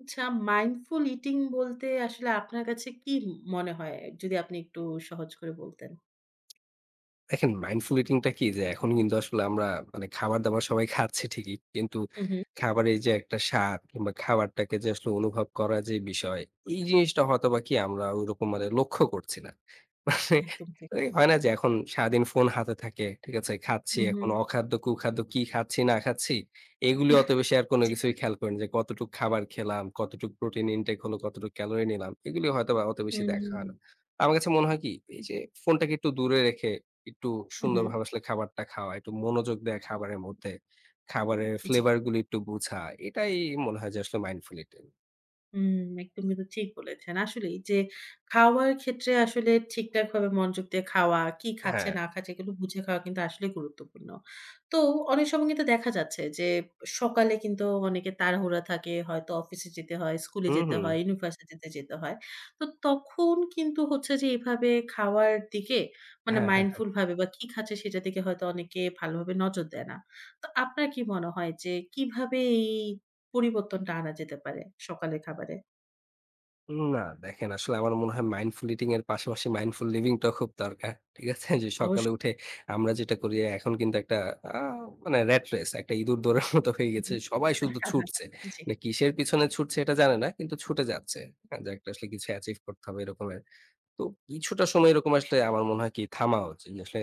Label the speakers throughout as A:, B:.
A: আচ্ছা, mindful eating বলতে আসলে আপনার কাছে কি মনে হয়? যদি আপনি একটু সহজ করে বলতেন।
B: দেখেন মাইন্ডফুল ইটিং টা কি? যে এখন কিন্তু আসলে আমরা মানে খাবার-দাবার সবাই খাচ্ছি ঠিকই। কিন্তু
A: হু, হু।
B: খাবারের যে একটা স্বাদ কিংবা খাবারটাকে যে আসলে অনুভব করার যে বিষয়, এই জিনিসটা হয়তোবা কি আমরা ওইরকম মানে লক্ষ্য করছি না। মানে
A: একদম ঠিক।
B: এই হয় না যে এখন সারাদিন ফোন হাতে থাকে। ঠিক আছে? খাচ্ছি।
A: হু, হু।
B: এখন অখাদ্য, কুখাদ্য কি খাচ্ছি না খাচ্ছি এগুলি অত বেশি আর কোনো
A: জি।
B: কিছুই খেয়াল করি না যে কতটুক খাবার খেলাম, কতটুক প্রোটিন ইনটেক হলো, কতটুক ক্যালোরি নিলাম। এগুলি হয়তোবা অত বেশি দেখা
A: হুম।
B: হয় না। আমার কাছে মনে হয় কি এই যে ফোনটাকে একটু দূরে রেখে একটু
A: হু, হু।
B: সুন্দরভাবে আসলে খাবারটা খাওয়া, একটু মনোযোগ দেয়া খাবারের মধ্যে, খাবারের
A: জি।
B: ফ্লেভার গুলো একটু বুঝা। এটাই মনে হয় যে আসলে মাইন্ডফুল ইটিং।
A: হুম, একদম কিন্তু ঠিক বলেছেন। আসলেই যে খাওয়ার ক্ষেত্রে আসলে ঠিকঠাকভাবে মনোযোগ দিয়ে খাওয়া, কি খাচ্ছে
B: হ্যাঁ।
A: না খাচ্ছে এগুলো বুঝে খাওয়া কিন্তু আসলে গুরুত্বপূর্ণ। তো অনেক সময় কিন্তু দেখা যাচ্ছে যে সকালে কিন্তু অনেকে তাড়াহুড়া থাকে, হয়তো অফিসে যেতে হয়, স্কুলে
B: হুম,
A: যেতে
B: হুম।
A: হয়, ইউনিভার্সিটিতে যেতে হয়। তো তখন কিন্তু হচ্ছে যে এভাবে খাওয়ার দিকে মানে
B: হ্যাঁ, হ্যাঁ।
A: মাইন্ডফুল ভাবে বা কি খাচ্ছে সেটার দিকে হয়তো অনেকে ভালোভাবে নজর দেয় না। তো আপনার কি মনে হয় যে কিভাবে এই পরিবর্তনটা আনা যেতে পারে সকালের খাবারে।
B: না, দেখেন আসলে আমার মনে হয় মাইন্ডফুল ইটিং এর পাশাপাশি মাইন্ডফুল লিভিং টাও খুব দরকার। ঠিক আছে? যে সকালে
A: অবশ্যই।
B: উঠে আমরা যেটা করি এখন কিন্তু একটা আ মানে র‍্যাট রেস একটা ইঁদুর দৌড়ের মতো হয়ে গেছে।
A: হুম,
B: সবাই শুধু
A: হ্যাঁ, হ্যাঁ,
B: ছুটছে।
A: হ্যাঁ, জি।
B: মানে কিসের পিছনে ছুটছে এটা জানে না কিন্তু ছুটে যাচ্ছে। হ্যাঁ? যে একটা আসলে কিছু অ্যাচিভ করতে হবে এরকমের। তো কিছুটা সময় এরকম আসলে আমার মনে হয় কি থামা উচিত। আসলে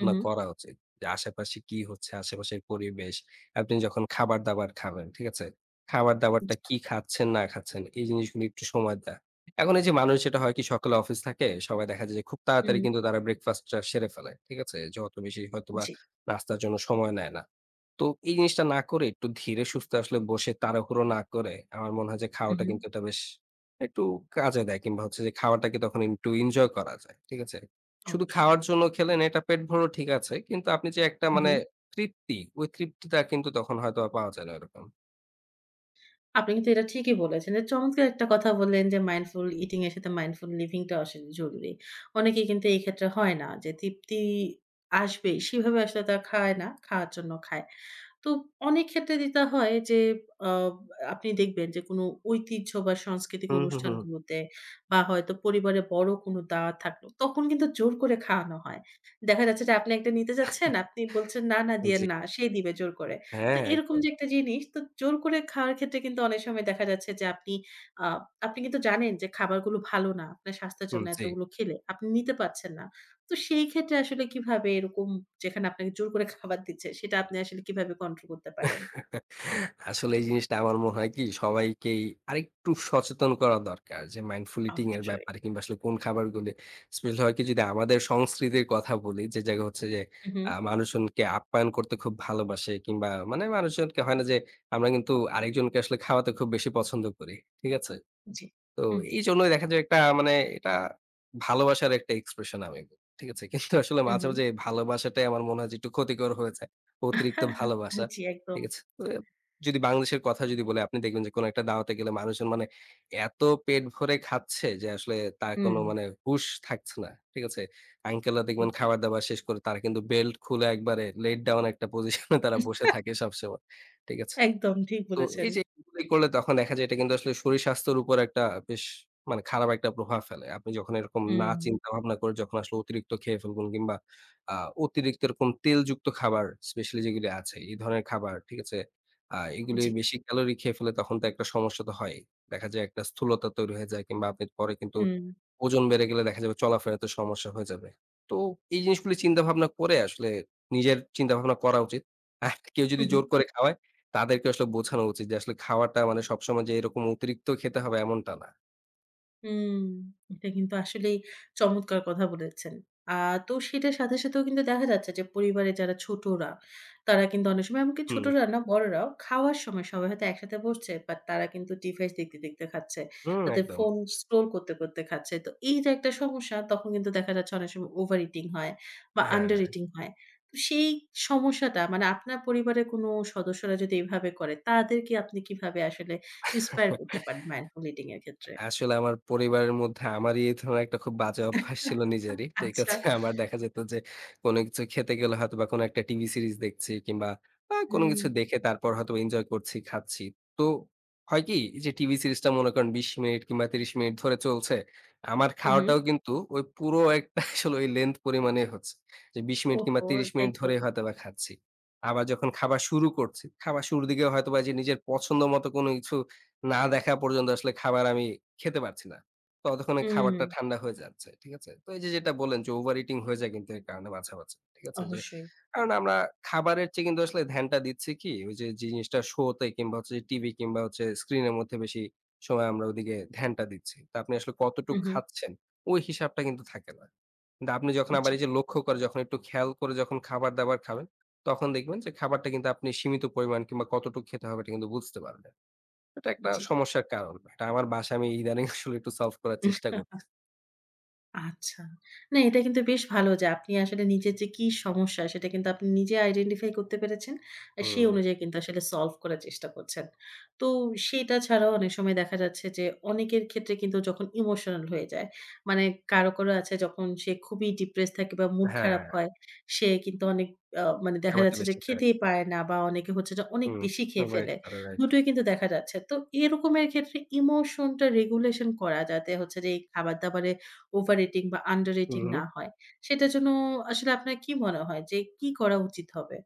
A: হু, হু,
B: করা উচিত। যে আশেপাশে কি হচ্ছে, আশেপাশের পরিবেশ। আপনি যখন খাবার-দাবার খাবেন, ঠিক আছে? খাবার-দাবারটা কি খাচ্ছেন না খাচ্ছেন এই জিনিসগুলো একটু সময় দেয়া। এখন এই যে মানুষ যেটা হয় কি সকালে অফিস থাকে, সবাই দেখা যায় যে খুব তাড়াতাড়ি
A: হুম।
B: কিন্তু তারা ব্রেকফাস্টটা সেরে ফেলে। ঠিক আছে? যত বেশি হয়তোবা
A: জি।
B: নাস্তার জন্য সময় নেয় না। তো এই জিনিসটা না করে একটু ধীরে সুস্থে আসলে বসে তাড়াহুড়ো না করে আমার মনে হয় যে
A: হু,
B: খাওয়াটা
A: হু।
B: কিন্তু এটা বেশ একটু কাজে দেয় কিংবা হচ্ছে যে খাওয়াটাকে তখন একটু এনজয় করা যায়। ঠিক আছে? শুধু
A: অবশ্যই।
B: খাওয়ার জন্য খেলেন এটা পেট ভরো ঠিক আছে। কিন্তু আপনি যে একটা
A: হু, হু।
B: মানে তৃপ্তি, ওই তৃপ্তিটা কিন্তু তখন হয়তো আর পাওয়া যায় না ওরকম।
A: আপনি কিন্তু এটা ঠিকই বলেছেন। যে চমৎকার একটা কথা বললেন যে মাইন্ডফুল ইটিং এর সাথে মাইন্ডফুল লিভিং টা আসলে জরুরি। অনেকেই কিন্তু এই ক্ষেত্রে হয় না যে তৃপ্তি আসবে সেভাবে আসলে তারা খায় না। খাওয়ার জন্য খায়। তো অনেক ক্ষেত্রে যেটা হয় যে আ আপনি দেখবেন যে কোনো ঐতিহ্য বা সাংস্কৃতিক
B: হুম, হুম, হুম।
A: অনুষ্ঠানগুলোতে বা হয়তো পরিবারে বড় কোনো দাওয়াত থাকলো, তখন কিন্তু জোর করে খাওয়ানো হয়। দেখা যাচ্ছে যে আপনি একটা নিতে যাচ্ছেন, আপনি বলছেন, "না, না দিয়েন
B: জি।
A: না।" সে দিবে জোর করে। তো
B: হ্যাঁ,
A: এরকম
B: একদম।
A: যে একটা জিনিস, তো জোর করে খাওয়ার ক্ষেত্রে কিন্তু অনেক সময় দেখা যাচ্ছে যে আপনি আ আপনি কিন্তু জানেন যে খাবারগুলো ভালো না, আপনার স্বাস্থ্যের
B: হুম,
A: জন্য
B: জি।
A: এতগুলো খেলে। আপনি নিতে পারছেন না। তো সেই ক্ষেত্রে আসলে কিভাবে এরকম যেখানে আপনাকে জোর করে খাবার দিচ্ছে, সেটা আপনি আসলে কিভাবে কন্ট্রোল করতে পারেন?
B: আসলে এই জিনিসটা আমার মনে হয় কি সবাইকেই আরেকটু সচেতন করা দরকার যে মাইন্ডফুল ইটিং এর
A: অবশ্যই।
B: ব্যাপারে কিংবা আসলে কোন খাবারগুলি স্পেশালি হয় কি যদি আমাদের সংস্কৃতির কথা বলি যে জায়গা হচ্ছে যে
A: হু, হু।
B: মানুষজনকে আপ্যায়ন করতে খুব ভালোবাসে কিংবা মানে মানুষজনকে হয় না যে আমরা কিন্তু আরেকজনকে আসলে খাওয়াতে খুব বেশি পছন্দ করি। ঠিক আছে?
A: জি।
B: তো
A: হুম,
B: এইজন্যই দেখা যায় একটা মানে এটা ভালোবাসার একটা এক্সপ্রেশন আমি বলব। ঠিক আছে? কিন্তু আসলে
A: হু,
B: মাঝে,
A: হু।
B: মাঝে এই ভালোবাসাটাই আমার মনে হয় যে একটু ক্ষতিকর হয়ে যায়। অতিরিক্ত ভালোবাসা।
A: জি, একদম।
B: ঠিক আছে? তো এ যদি বাংলাদেশের কথা যদি বলি আপনি দেখবেন যে কোনো একটা দাওয়াতে গেলে মানুষজন মানে এত পেট ভরে খাচ্ছে যে আসলে তার
A: হুম,
B: কোনো মানে হুঁশ থাকছে না। ঠিক আছে? আঙ্কেলরা দেখবেন
A: জি।
B: খাবার-দাবার শেষ করে তারা কিন্তু বেল্ট খুলে একবারে লেট ডাউন একটা পজিশন এ তারা বসে থাকে সবসময়। ঠিক আছে?
A: একদম ঠিক
B: তো
A: বলেছেন।
B: এই যে এগুলি করলে তখন দেখা যায় এটা কিন্তু আসলে শরীর স্বাস্থ্যের উপর একটা বেশ মানে খারাপ একটা প্রভাব ফেলে। আপনি যখন এরকম না
A: হুম,
B: চিন্তা ভাবনা করে যখন আসলে অতিরিক্ত খেয়ে ফেলবেন কিংবা আ অতিরিক্ত এরকম তেলযুক্ত খাবার স্পেশালি যেগুলি আছে এই ধরনের খাবার, ঠিক আছে? এগুলি
A: জি।
B: বেশি ক্যালোরি খেয়ে ফেলে তখন তো একটা সমস্যা তো হয়ই। দেখা যায় একটা স্থূলতা তৈরি হয়ে যায় কিংবা আপনি পরে কিন্তু
A: হুম,
B: ওজন বেড়ে গেলে দেখা যাবে চলাফেরাতে সমস্যা হয়ে যাবে। তো এই জিনিসগুলি চিন্তাভাবনা করে আসলে নিজের চিন্তাভাবনা করা উচিত। আর কেউ
A: হু,
B: যদি
A: হু।
B: জোর করে খাওয়ায়, তাদেরকে আসলে বোঝানো উচিত যে আসলে খাওয়াটা মানে সবসময় যে এরকম অতিরিক্ত খেতে হবে এমনটা না।
A: হুম, এটা কিন্তু আসলেই চমৎকার কথা বলেছেন। আ তো সেটার সাথে, সাথেও কিন্তু দেখা যাচ্ছে যে পরিবারে যারা ছোটরা, তারা কিন্তু অনেক সময় এমনকি
B: হুম,
A: ছোটরা না বড়রাও খাওয়ার সময় সবাই হয়তো একসাথে বসছে, বাট তারা কিন্তু ডিভাইস দেখতে, দেখতে খাচ্ছে।
B: হুম
A: তাদের
B: একদম।
A: ফোন স্ক্রল করতে, করতে খাচ্ছে। তো এই যে একটা সমস্যা তখন কিন্তু দেখা যাচ্ছে অনেক সময় ওভার ইটিং হয় বা আন্ডার
B: হ্যাঁ।
A: ইটিং হয়। তো সেই সমস্যাটা মানে আপনার পরিবারের কোনো সদস্যরা যদি এভাবে করে, তাদেরকে আপনি কিভাবে আসলে ইন্সপায়ার করতে পারেন মাইন্ডফুল ইটিং এর ক্ষেত্রে?
B: আসলে আমার পরিবারের মধ্যে আমারই এই ধরনের একটা খুব বাজে অভ্যাস ছিল নিজেরই। ঠিক
A: আচ্ছা।
B: আছে? আমার দেখা যেত যে কোনো কিছু খেতে গেলে হয়তোবা কোনো একটা টিভি সিরিজ দেখছি কিংবা কোনো
A: হুম,
B: কিছু দেখে তারপর হয়তো এনজয় করছি, খাচ্ছি। তো হয় কি? এই যে টিভি সিরিজটা মনে করেন ২০ মিনিট কিংবা ৩০ মিনিট ধরে চলছে। আমার
A: হু, হু।
B: খাওয়াটাও কিন্তু ওই পুরো একটা আসলে ওই লেংথ পরিমাণেই হচ্ছে। যে ২০ মিনিট কিংবা
A: ওহো!
B: ৩০
A: তাই
B: মিনিট
A: তো।
B: ধরেই হয়তোবা খাচ্ছি। আবার যখন খাবার শুরু করছি, খাবার শুরুর দিকে হয়তোবা যে নিজের পছন্দ মতো কোনো কিছু না দেখা পর্যন্ত আসলে খাবার আমি খেতে পারছি না। ততক্ষণে
A: হুম,
B: খাবারটা ঠান্ডা হয়ে যাচ্ছে। ঠিক আছে? তো এই যে যেটা বললেন যে ওভার ইটিং হয়ে যায় কিন্তু এর কারণে মাঝে, মাঝে। ঠিক আছে? যে
A: অবশ্যই।
B: কারণ আমরা খাবারের চেয়ে কিন্তু আসলে ধ্যানটা দিচ্ছি কি ওই যে জিনিসটা শো তে কিংবা হচ্ছে টিভি কিংবা হচ্ছে স্ক্রিনের মধ্যে বেশি সময় আমরা ওদিকে ধ্যানটা দিচ্ছি। তো আপনি আসলে
A: হু,
B: কতটুক
A: হু।
B: খাচ্ছেন ওই হিসাবটা কিন্তু থাকে না। কিন্তু আপনি যখন আবার
A: জি,
B: এই যে লক্ষ্য করে যখন একটু খেয়াল করে যখন খাবার-দাবার খাবেন তখন দেখবেন যে খাবারটা কিন্তু আপনি সীমিত পরিমাণ কিংবা কতটুক খেতে হবে এটা কিন্তু বুঝতে পারবেন। এটা একটা সমস্যার কারণ। এটা আমার বাসায় আমি ইদানিং আসলে একটু সলভ করার
A: জি।
B: চেষ্টা করতেছি।
A: আচ্ছা। না, এটা কিন্তু বেশ ভালো যে আপনি আসলে নিজের যে কি সমস্যা সেটা কিন্তু আপনি নিজে আইডেন্টিফাই করতে পেরেছেন। আর সেই
B: হুম,
A: অনুযায়ী কিন্তু আসলে সলভ করার চেষ্টা করছেন। তো সেটা ছাড়াও অনেক সময় দেখা যাচ্ছে যে অনেকের ক্ষেত্রে কিন্তু যখন ইমোশনাল হয়ে যায়, মানে কারো, কারো আছে যখন সে খুবই ডিপ্রেসড থাকে বা মুড
B: হ্যাঁ,
A: খারাপ হয়, সে কিন্তু অনেক মানে দেখা
B: খাবারটা
A: যাচ্ছে যে
B: বেশি খায়।
A: খেতেই পারে না বা অনেকে হচ্ছে যে অনেক
B: হুম,
A: বেশি খেয়ে
B: অ্যাভয়েড
A: ফেলে।
B: করে রাইট।
A: দুটোই কিন্তু দেখা যাচ্ছে। তো এরকমের ক্ষেত্রে ইমোশনটা রেগুলেশন করা যাতে হচ্ছে যে এই খাবার-দাবারে ওভার রেটিং বা আন্ডার
B: হু,
A: রেটিং
B: হু।
A: না হয়। সেটার জন্য আসলে আপনার কি মনে হয় যে কি করা উচিত হবে?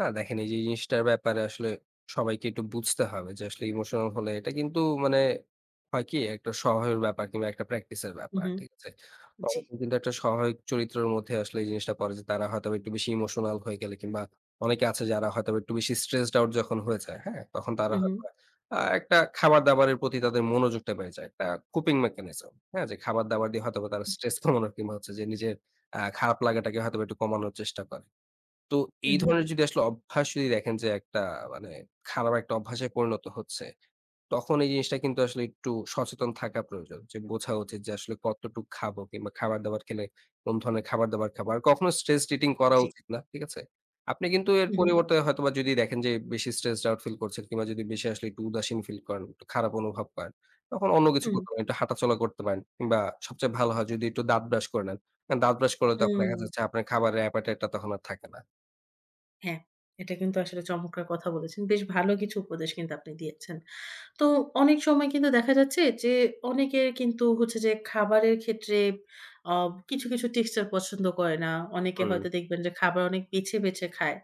B: না দেখেন এই যে জিনিসটার ব্যাপারে আসলে সবাইকে একটু বুঝতে হবে যে আসলে ইমোশনাল হলে এটা কিন্তু মানে হয় কি একটা স্বভাবের ব্যাপার কিংবা একটা প্র্যাকটিসের
A: হু,
B: ব্যাপার
A: হু।
B: ঠিক আছে তখন
A: জি।
B: কিন্তু একটা স্বাভাবিক চরিত্রের মধ্যে আসলে এই জিনিসটা পড়ে যে তারা হয়তো বা একটু বেশি ইমোশনাল হয়ে গেলে কিংবা অনেকে আছে যারা হয়তো বা একটু বেশি স্ট্রেসড আউট যখন হয়ে যায় হ্যাঁ তখন
A: হু,
B: তারা
A: হু।
B: হয়তো বা, একটা খাবার দাবারের প্রতি তাদের মনোযোগটা বেড়ে যায় একটা কোপিং মেকানিজম হ্যাঁ যে খাবার দাবার দিয়ে হয়তো বা তারা স্ট্রেস কমানোর কিংবা হচ্ছে যে নিজের খারাপ লাগাটাকে হয়তো বা একটু কমানোর চেষ্টা করে তো
A: হু,
B: এই
A: হু।
B: ধরনের যদি আসলে অভ্যাস যদি দেখেন যে একটা মানে খারাপ একটা অভ্যাসে পরিণত হচ্ছে, তখন এই জিনিসটা কিন্তু আসলে একটু সচেতন থাকা প্রয়োজন। যে বোঝা উচিত যে আসলে কতটুক খাবো কিংবা খাবার-দাবার খেলে কোন ধরনের খাবার-দাবার খাবো। আর কখনো স্ট্রেস ইটিং করা
A: জি।
B: উচিত না। ঠিক আছে? আপনি কিন্তু এর
A: হু, হু।
B: পরিবর্তে হয়তোবা যদি দেখেন যে বেশি স্ট্রেসড আউট ফিল করছেন কিংবা যদি বেশি আসলে একটু উদাসীন ফিল করেন, একটু খারাপ অনুভব করেন, তখন অন্য কিছু
A: হুম।
B: করতে পারেন। একটু হাঁটাচলা করতে পারেন কিংবা সবচেয়ে ভালো হয় যদি একটু দাঁত ব্রাশ করে নেন। কারণ দাঁত ব্রাশ করলে তখন
A: হুম।
B: দেখা যাচ্ছে আপনার খাবারের appetite টা তখন আর থাকে না।
A: হ্যাঁ, এটা কিন্তু আসলে চমৎকার কথা বলেছেন। বেশ ভালো কিছু উপদেশ কিন্তু আপনি দিয়েছেন। তো অনেক সময় কিন্তু দেখা যাচ্ছে যে অনেকের কিন্তু হচ্ছে যে খাবারের ক্ষেত্রে আ কিছু, কিছু টেক্সচার পছন্দ করে না। অনেকে
B: হুম,
A: হয়তো দেখবেন যে খাবার অনেক বেছে, বেছে খায়।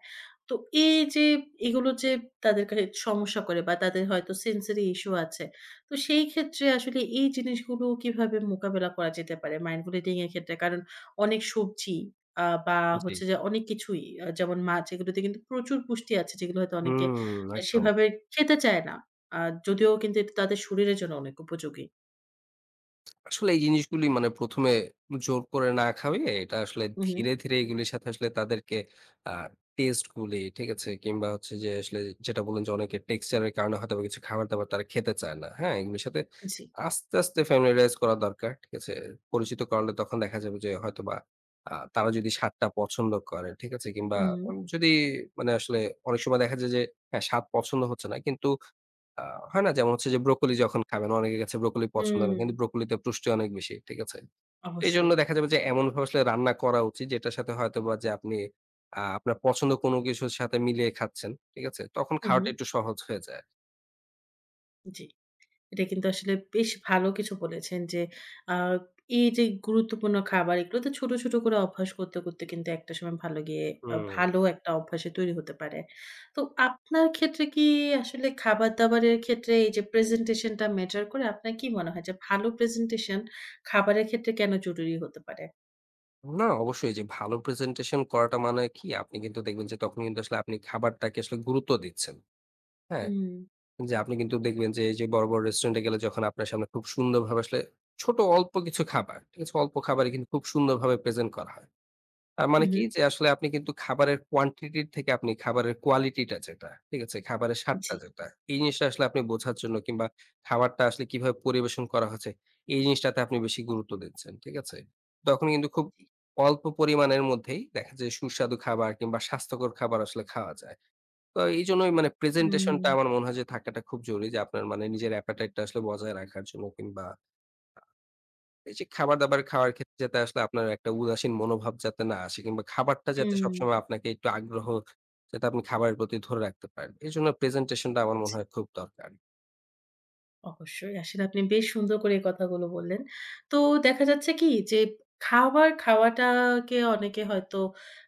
A: তো এই যে এগুলো যে তাদের কা সমস্যা করে বা তাদের হয়তো সেনসরি ইস্যু আছে। তো সেই ক্ষেত্রে আসলে এই জিনিসগুলো কিভাবে মোকাবেলা করা যেতে পারে মাইন্ডফুল ইটিং এর ক্ষেত্রে? কারণ অনেক সবজি বা
B: জি।
A: হচ্ছে যে অনেক কিছুই যেমন মাছ এগুলোতে কিন্তু প্রচুর পুষ্টি আছে যেগুলো হয়তো অনেকে
B: হুম, একদম।
A: সেভাবে খেতে চায় না। আর যদিও কিন্তু এটা তাদের শরীরের জন্য অনেক উপযোগী।
B: আসলে এই জিনিসগুলি মানে ১ম এ জোর করে না খাওয়িয়ে এটা আসলে
A: হু, হুম।
B: ধীরে, ধীরে এগুলির সাথে আসলে তাদেরকে আ টেস্ট গুলি, ঠিক আছে? কিংবা হচ্ছে যে আসলে যেটা বললেন যে অনেকে টেক্সচার এর কারণে হয়তোবা কিছু খাবার-দাবার তারা খেতে চায় না। হ্যাঁ? এগুলির সাথে
A: জি।
B: আস্তে, আস্তে familiarize করা দরকার। ঠিক আছে? পরিচিত করালে তখন দেখা যাবে যে হয়তোবা তারা যদি স্বাদটা পছন্দ করে, ঠিক আছে? কিংবা
A: হুম,
B: যদি মানে আসলে অনেক সময় দেখা যায় যে হ্যাঁ, স্বাদ পছন্দ হচ্ছে না। কিন্তু আ হয় না? যেমন হচ্ছে যে ব্রোকলি যখন খাবেন, অনেকের কাছে ব্রোকলি পছন্দ না।
A: হুম,
B: কিন্তু ব্রোকলিতে পুষ্টি অনেক বেশি। ঠিক আছে?
A: অবশ্যই।
B: এইজন্য দেখা যাবে যে এমনভাবে আসলে রান্না করা উচিত যেটার সাথে হয়তোবা যে আপনি আপনার পছন্দ কোনো কিছুর সাথে মিলিয়ে খাচ্ছেন। ঠিক আছে? তখন
A: হু, হুম,
B: খাওয়াটা একটু সহজ হয়ে যায়।
A: জি। এটা কিন্তু আসলে বেশ ভালো কিছু বলেছেন যে আ এই যে গুরুত্বপূর্ণ খাবার এগুলোতে ছোট, ছোট করে অভ্যাস করতে, করতে কিন্তু একটা সময় ভালো গিয়ে
B: হুম।
A: ভালো একটা অভ্যাসে তৈরি হতে পারে। তো আপনার ক্ষেত্রে কি আসলে খাবার-দাবারের ক্ষেত্রে এই যে প্রেজেন্টেশন টা ম্যাটার করে আপনার কি মনে হয় যে ভালো প্রেজেন্টেশন খাবারের ক্ষেত্রে কেন জরুরি হতে পারে?
B: না অবশ্যই যে ভালো প্রেজেন্টেশন করাটা মানে কি আপনি কিন্তু দেখবেন যে তখন কিন্তু আসলে আপনি খাবারটাকে আসলে গুরুত্ব দিচ্ছেন। হ্যাঁ?
A: হুম,
B: যে আপনি কিন্তু দেখবেন যে এই যে বড়, বড় রেস্টুরেন্টে গেলে যখন আপনার সামনে খুব সুন্দরভাবে আসলে ছোট অল্প কিছু খাবার, ঠিক আছে? অল্প খাবারই কিন্তু খুব সুন্দরভাবে প্রেজেন্ট করা হয়।
A: হু,
B: মানে
A: হুম,
B: কি যে আসলে আপনি কিন্তু খাবারের কোয়ান্টিটি থেকে আপনি খাবারের কোয়ালিটিটা যেটা, ঠিক আছে? খাবারের স্বাদটা
A: জি।
B: যেটা, এই জিনিসটা আসলে আপনি বোঝার জন্য কিংবা খাবারটা আসলে কিভাবে পরিবেশন করা হচ্ছে, এই জিনিসটাতে আপনি বেশি গুরুত্ব দিচ্ছেন, ঠিক আছে? তখন কিন্তু খুব অল্প পরিমাণের মধ্যেই দেখা যায় সুস্বাদু খাবার কিংবা স্বাস্থ্যকর খাবার আসলে খাওয়া যায়। তো এইজন্যই মানে
A: হুম,
B: প্রেজেন্টেশনটা আমার মনে হয় যে থাকাটা খুব জরুরি যে আপনার মানে নিজের appetite টা আসলে বজায় রাখার জন্য কিংবা এই যে খাবার-দাবার খাওয়ার ক্ষেত্রে যাতে আসলে আপনার একটা উদাসীন মনোভাব যাতে না আসে কিংবা খাবারটা যাতে সবসময়
A: হুম,
B: আপনাকে একটু আগ্রহ যাতে আপনি খাবারের প্রতি ধরে রাখতে পারেন। এজন্য প্রেজেন্টেশনটা আমার
A: জি,
B: মনে হয় খুব দরকার।
A: অবশ্যই। আসলে আপনি বেশ সুন্দর করে এই কথাগুলো বললেন। তো দেখা যাচ্ছে কি যে খাবার খাওয়াটাকে অনেকে হয়তো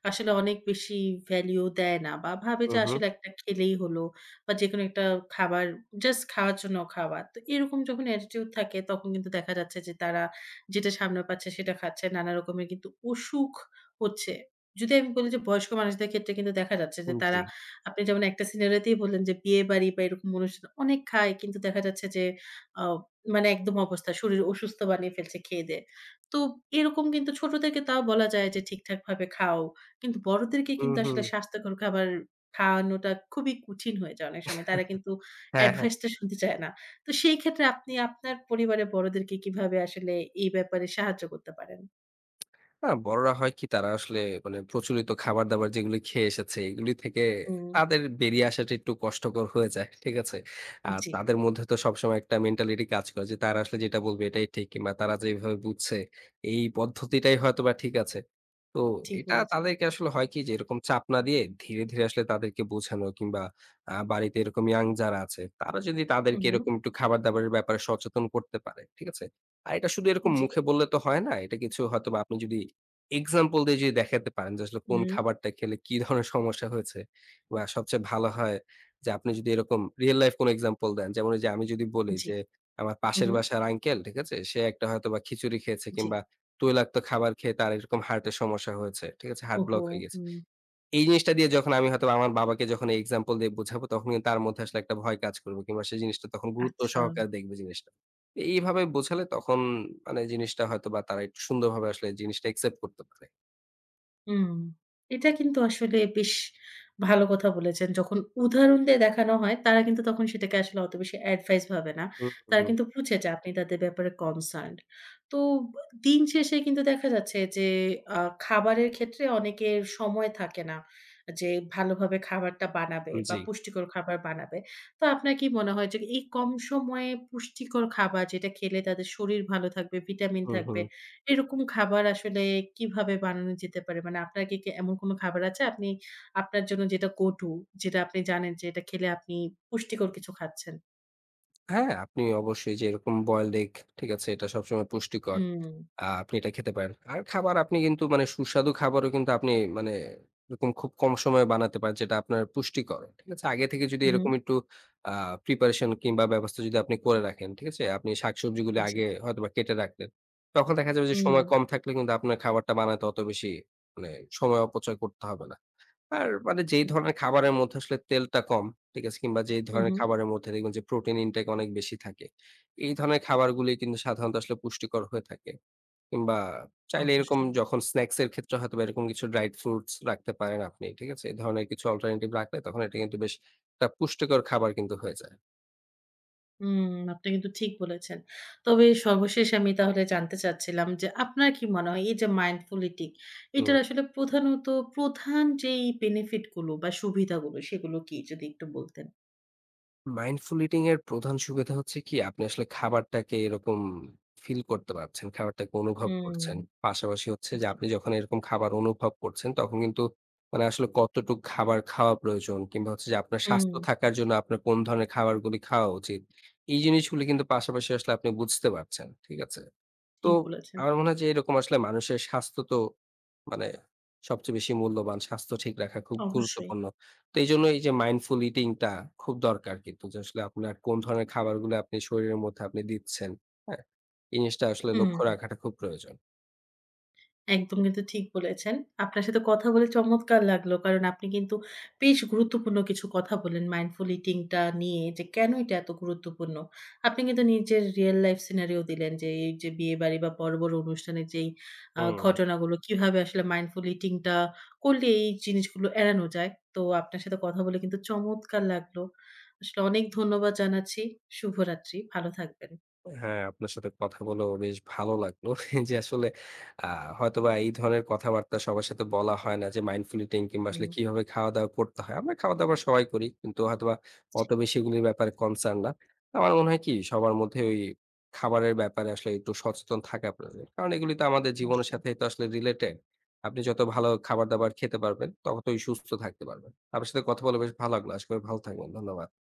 A: আসলে অনেক বেশি ভ্যালু দেয় না বা ভাবে
B: হু,
A: যে
B: হু।
A: আসলে একটা খেলেই হলো বা যেকোনো একটা খাবার জাস্ট খাওয়ার জন্য খাওয়া। তো এরকম যখন অ্যাটিটিউড থাকে তখন কিন্তু দেখা যাচ্ছে যে তারা যেটা সামনে পাচ্ছে সেটা খাচ্ছে। নানা রকমের কিন্তু অসুখ হচ্ছে। যদি আমি বলি যে বয়স্ক মানুষদের ক্ষেত্রে কিন্তু দেখা যাচ্ছে যে
B: জি।
A: তারা আপনি যেমন একটা সিনারিওতেই বললেন যে বিয়েবাড়ি বা এরকম অনুষ্ঠান অনেক খায় কিন্তু দেখা যাচ্ছে যে আ মানে একদম অবস্থা শরীর অসুস্থ বানিয়ে ফেলছে খেয়ে-দেয়ে। তো এরকম কিন্তু ছোটদেরকে তাও বলা যায় যে ঠিকঠাক ভাবে খাও। কিন্তু বড়দেরকে
B: হু,
A: কিন্তু
B: হু।
A: আসলে স্বাস্থ্যকর খাবার খাওয়ানোটা খুবই কঠিন হয়ে যায় অনেক সময়। তারা কিন্তু
B: হ্যাঁ, হ্যাঁ।
A: অ্যাডভাইস টা শুনতে চায় না। তো সেই ক্ষেত্রে আপনি আপনার পরিবারের বড়দেরকে কিভাবে আসলে এই ব্যাপারে সাহায্য করতে পারেন?
B: না, বড়রা হয় কি তারা আসলে মানে প্রচলিত খাবার-দাবার যেগুলি খেয়ে এসেছে, এগুলি থেকে
A: হুম,
B: তাদের বেরিয়ে আসাটা একটু কষ্টকর হয়ে যায়। ঠিক আছে? আর
A: জি,
B: তাদের মধ্যে তো সবসময় একটা মেন্টালিটি কাজ করে যে তারা আসলে যেটা বলবে এটাই ঠিক কিংবা তারা যেভাবে বুঝছে এই পদ্ধতিটাই হয়তোবা ঠিক আছে। তো
A: ঠিক
B: এটা
A: বলেছেন।
B: তাদেরকে আসলে হয় কি যে এরকম চাপ না দিয়ে ধীরে, ধীরে আসলে তাদেরকে বোঝানো কিংবা বাড়িতে এরকম ইয়াং যারা আছে তারা যদি তাদেরকে
A: হুম,
B: এরকম একটু খাবার-দাবারের ব্যাপারে সচেতন করতে পারে। ঠিক আছে? আর এটা শুধু এরকম
A: জি,
B: মুখে বললে তো হয় না। এটা কিছু হয়তোবা আপনি যদি এক্সাম্পল দিয়ে যদি দেখাতে পারেন যে আসলে কোন
A: হুম,
B: খাবারটা খেলে কি ধরনের সমস্যা হয়েছে বা সবচেয়ে ভালো হয় যে আপনি যদি এরকম রিয়াল লাইফ কোনো এক্সাম্পল দেন। যেমন ওইযে আমি যদি বলি
A: জি,
B: যে আমার
A: হুম,
B: পাশের বাসার আঙ্কেল, ঠিক আছে? সে একটা হয়তোবা খিচুড়ি খেয়েছে
A: জি।
B: কিংবা তৈলাক্ত খাবার খেয়ে তার এরকম হার্টের সমস্যা হয়েছে, ঠিক আছে? হার্ট
A: ওহো!
B: ব্লক হয়ে গেছে।
A: হুম,
B: এই জিনিসটা দিয়ে যখন আমি হয়তোবা আমার বাবাকে যখন এই এক্সাম্পল দিয়ে বুঝাবো তখন কিন্তু তার মধ্যে আসলে একটা ভয় কাজ করবে কিংবা সে জিনিসটা তখন গুরুত্ব
A: আচ্ছা।
B: সহকারে দেখবে জিনিসটা। এইভাবে বোঝালে তখন মানে জিনিসটা হয়তোবা তারা একটু সুন্দরভাবে আসলে জিনিসটা অ্যাকসেপ্ট করতে পারে।
A: হুম। এটা কিন্তু আসলে বেশ ভালো কথা বলেছেন। যখন উদাহরণ দিয়ে দেখানো হয়, তারা কিন্তু তখন সেটাকে আসলে অত বেশি অ্যাডভাইস ভাবে না।
B: হুম, হুম,
A: তারা
B: হুম।
A: কিন্তু বুঝে যে আপনি তাদের ব্যাপারে কনসার্নড। তো দিন শেষে কিন্তু দেখা যাচ্ছে যে আ খাবারের ক্ষেত্রে অনেকের সময় থাকে না যে ভালোভাবে খাবারটা বানাবে বা
B: জি।
A: পুষ্টিকর খাবার বানাবে। তো আপনার কি মনে হয় যে এই কম সময়ে পুষ্টিকর খাবার যেটা খেলে তাদের শরীর ভালো থাকবে, ভিটামিন
B: হুম,
A: থাকবে
B: হুম।
A: এরকম খাবার আসলে কিভাবে বানানো যেতে পারে? মানে আপনার কি, কি এমন কোন খাবার আছে আপনি আপনার জন্য যেটা go to যেটা আপনি জানেন যে এটা খেলে আপনি পুষ্টিকর কিছু খাচ্ছেন?
B: হ্যাঁ, আপনি অবশ্যই যে এরকম বয়েলড এগ ঠিক আছে? এটা সবসময় পুষ্টিকর।
A: হুম,
B: আপনি এটা খেতে পারেন। আর খাবার আপনি কিন্তু মানে সুস্বাদু খাবারও কিন্তু আপনি মানে এরকম খুব কম সময়ে বানাতে পারেন যেটা আপনার পুষ্টিকর। ঠিক আছে? আগে থেকে যদি
A: হুম,
B: এরকম একটু আ প্রিপারেশন কিংবা ব্যবস্থা যদি আপনি করে রাখেন, ঠিক আছে? আপনি শাকসবজিগুলো
A: জি।
B: আগে হয়তোবা কেটে রাখলেন। তখন দেখা যাবে যে
A: হুম,
B: সময় কম থাকলে কিন্তু আপনার খাবারটা বানাতে অত বেশি মানে সময় অপচয় করতে হবে না। আর মানে যেই ধরনের খাবারের মধ্যে আসলে তেলটা কম, ঠিক আছে? কিংবা যেই
A: হু,
B: ধরনের
A: হু,
B: খাবারের মধ্যে দেখবেন যে প্রোটিন ইনটেক অনেক বেশি থাকে। এই ধরনের খাবারগুলি কিন্তু সাধারণত আসলে পুষ্টিকর হয়ে থাকে। কিংবা চাইলে এরকম
A: অবশ্যই।
B: যখন স্ন্যাকস এর ক্ষেত্রে হয়তোবা এরকম কিছু ড্রাইড ফ্রুটস রাখতে পারেন আপনি। ঠিক আছে? এই ধরনের কিছু অল্টারনেটিভ রাখলে তখন এটা কিন্তু বেশ একটা পুষ্টিকর খাবার কিন্তু হয়ে যায়।
A: হুম, আপনি কিন্তু ঠিক বলেছেন। তবে সর্বশেষ আমি তাহলে জানতে চাচ্ছিলাম যে আপনার কি মনে হয় এই যে mindful eating এটার
B: হুম।
A: আসলে প্রধানত প্রধান যেই benefit গুলো বা সুবিধাগুলো সেগুলো কি? যদি একটু বলতেন?
B: মাইন্ডফুল ইটিং এর প্রধান সুবিধা হচ্ছে কি আপনি আসলে খাবারটাকে এরকম ফিল করতে পারছেন, খাবারটাকে অনুভব করছেন।
A: হুম,
B: পাশাপাশি হচ্ছে যে
A: জি।
B: আপনি যখন এরকম খাবার অনুভব করছেন তখন কিন্তু মানে আসলে কতটুক খাবার খাওয়া প্রয়োজন কিংবা হচ্ছে যে আপনার
A: হুম,
B: স্বাস্থ্য থাকার জন্য আপনার কোন ধরনের খাবারগুলি খাওয়া উচিত। এই জিনিসগুলি কিন্তু পাশাপাশি আসলে আপনি বুঝতে পারছেন। ঠিক আছে? তো
A: ঠিক বলেছেন।
B: আমার মনে হয় যে এরকম আসলে মানুষের স্বাস্থ্য তো মানে সবচেয়ে বেশি মূল্যবান স্বাস্থ্য ঠিক রাখা খুব
A: অবশ্যই।
B: গুরুত্বপূর্ণ। তো এইজন্য এই যে মাইন্ডফুল ইটিং টা খুব দরকার কিন্তু যে আসলে আপনার কোন ধরনের খাবারগুলো আপনি শরীরের মধ্যে আপনি দিচ্ছেন, হ্যাঁ? এই জিনিসটা আসলে
A: হুম,
B: লক্ষ্য রাখাটা খুব প্রয়োজন।
A: একদম কিন্তু ঠিক বলেছেন। আপনার সাথে কথা বলে চমৎকার লাগলো। কারণ আপনি কিন্তু বেশ গুরুত্বপূর্ণ কিছু কথা বললেন মাইন্ডফুল ইটিং টা নিয়ে যে কেন এটা এত গুরুত্বপূর্ণ। আপনি কিন্তু নিজের রিয়াল লাইফ সিনারিও দিলেন যে এই যে বিয়েবাড়ি বা বড়, বড় অনুষ্ঠানের যেই
B: হুম।
A: ঘটনাগুলো কিভাবে আসলে মাইন্ডফুল ইটিং টা করলে এই জিনিসগুলো এড়ানো যায়। তো আপনার সাথে কথা বলে কিন্তু চমৎকার লাগলো। আসলে অনেক ধন্যবাদ জানাচ্ছি। শুভরাত্রি। ভালো থাকবেন।
B: হ্যাঁ, আপনার সাথে কথা বলেও বেশ ভালো লাগলো। যে আসলে আ হয়তোবা এই ধরনের কথাবার্তা সবার সাথে বলা হয় না যে মাইন্ডফুল ইটিং কিংবা আসলে
A: হুম,
B: কিভাবে খাওয়া-দাওয়া করতে হয়। আমরা খাওয়া-দাওয়া সবাই করি। কিন্তু হয়তোবা অত বেশি এগুলির ব্যাপারে কনসার্ন না। আমার মনে হয় কি সবার মধ্যে ওই খাবারের ব্যাপারে আসলে একটু সচেতন থাকা প্রয়োজন। কারণ এগুলি তো আমাদের জীবনের
A: অবশ্যই।
B: সাথেই তো আসলে রিলেটেড। আপনি যত ভালো খাবার-দাবার খেতে পারবেন, ততই সুস্থ থাকতে পারবেন। আপনার সাথে কথা বলে বেশ ভালো লাগলো। আশা করি ভালো থাকবেন। ধন্যবাদ।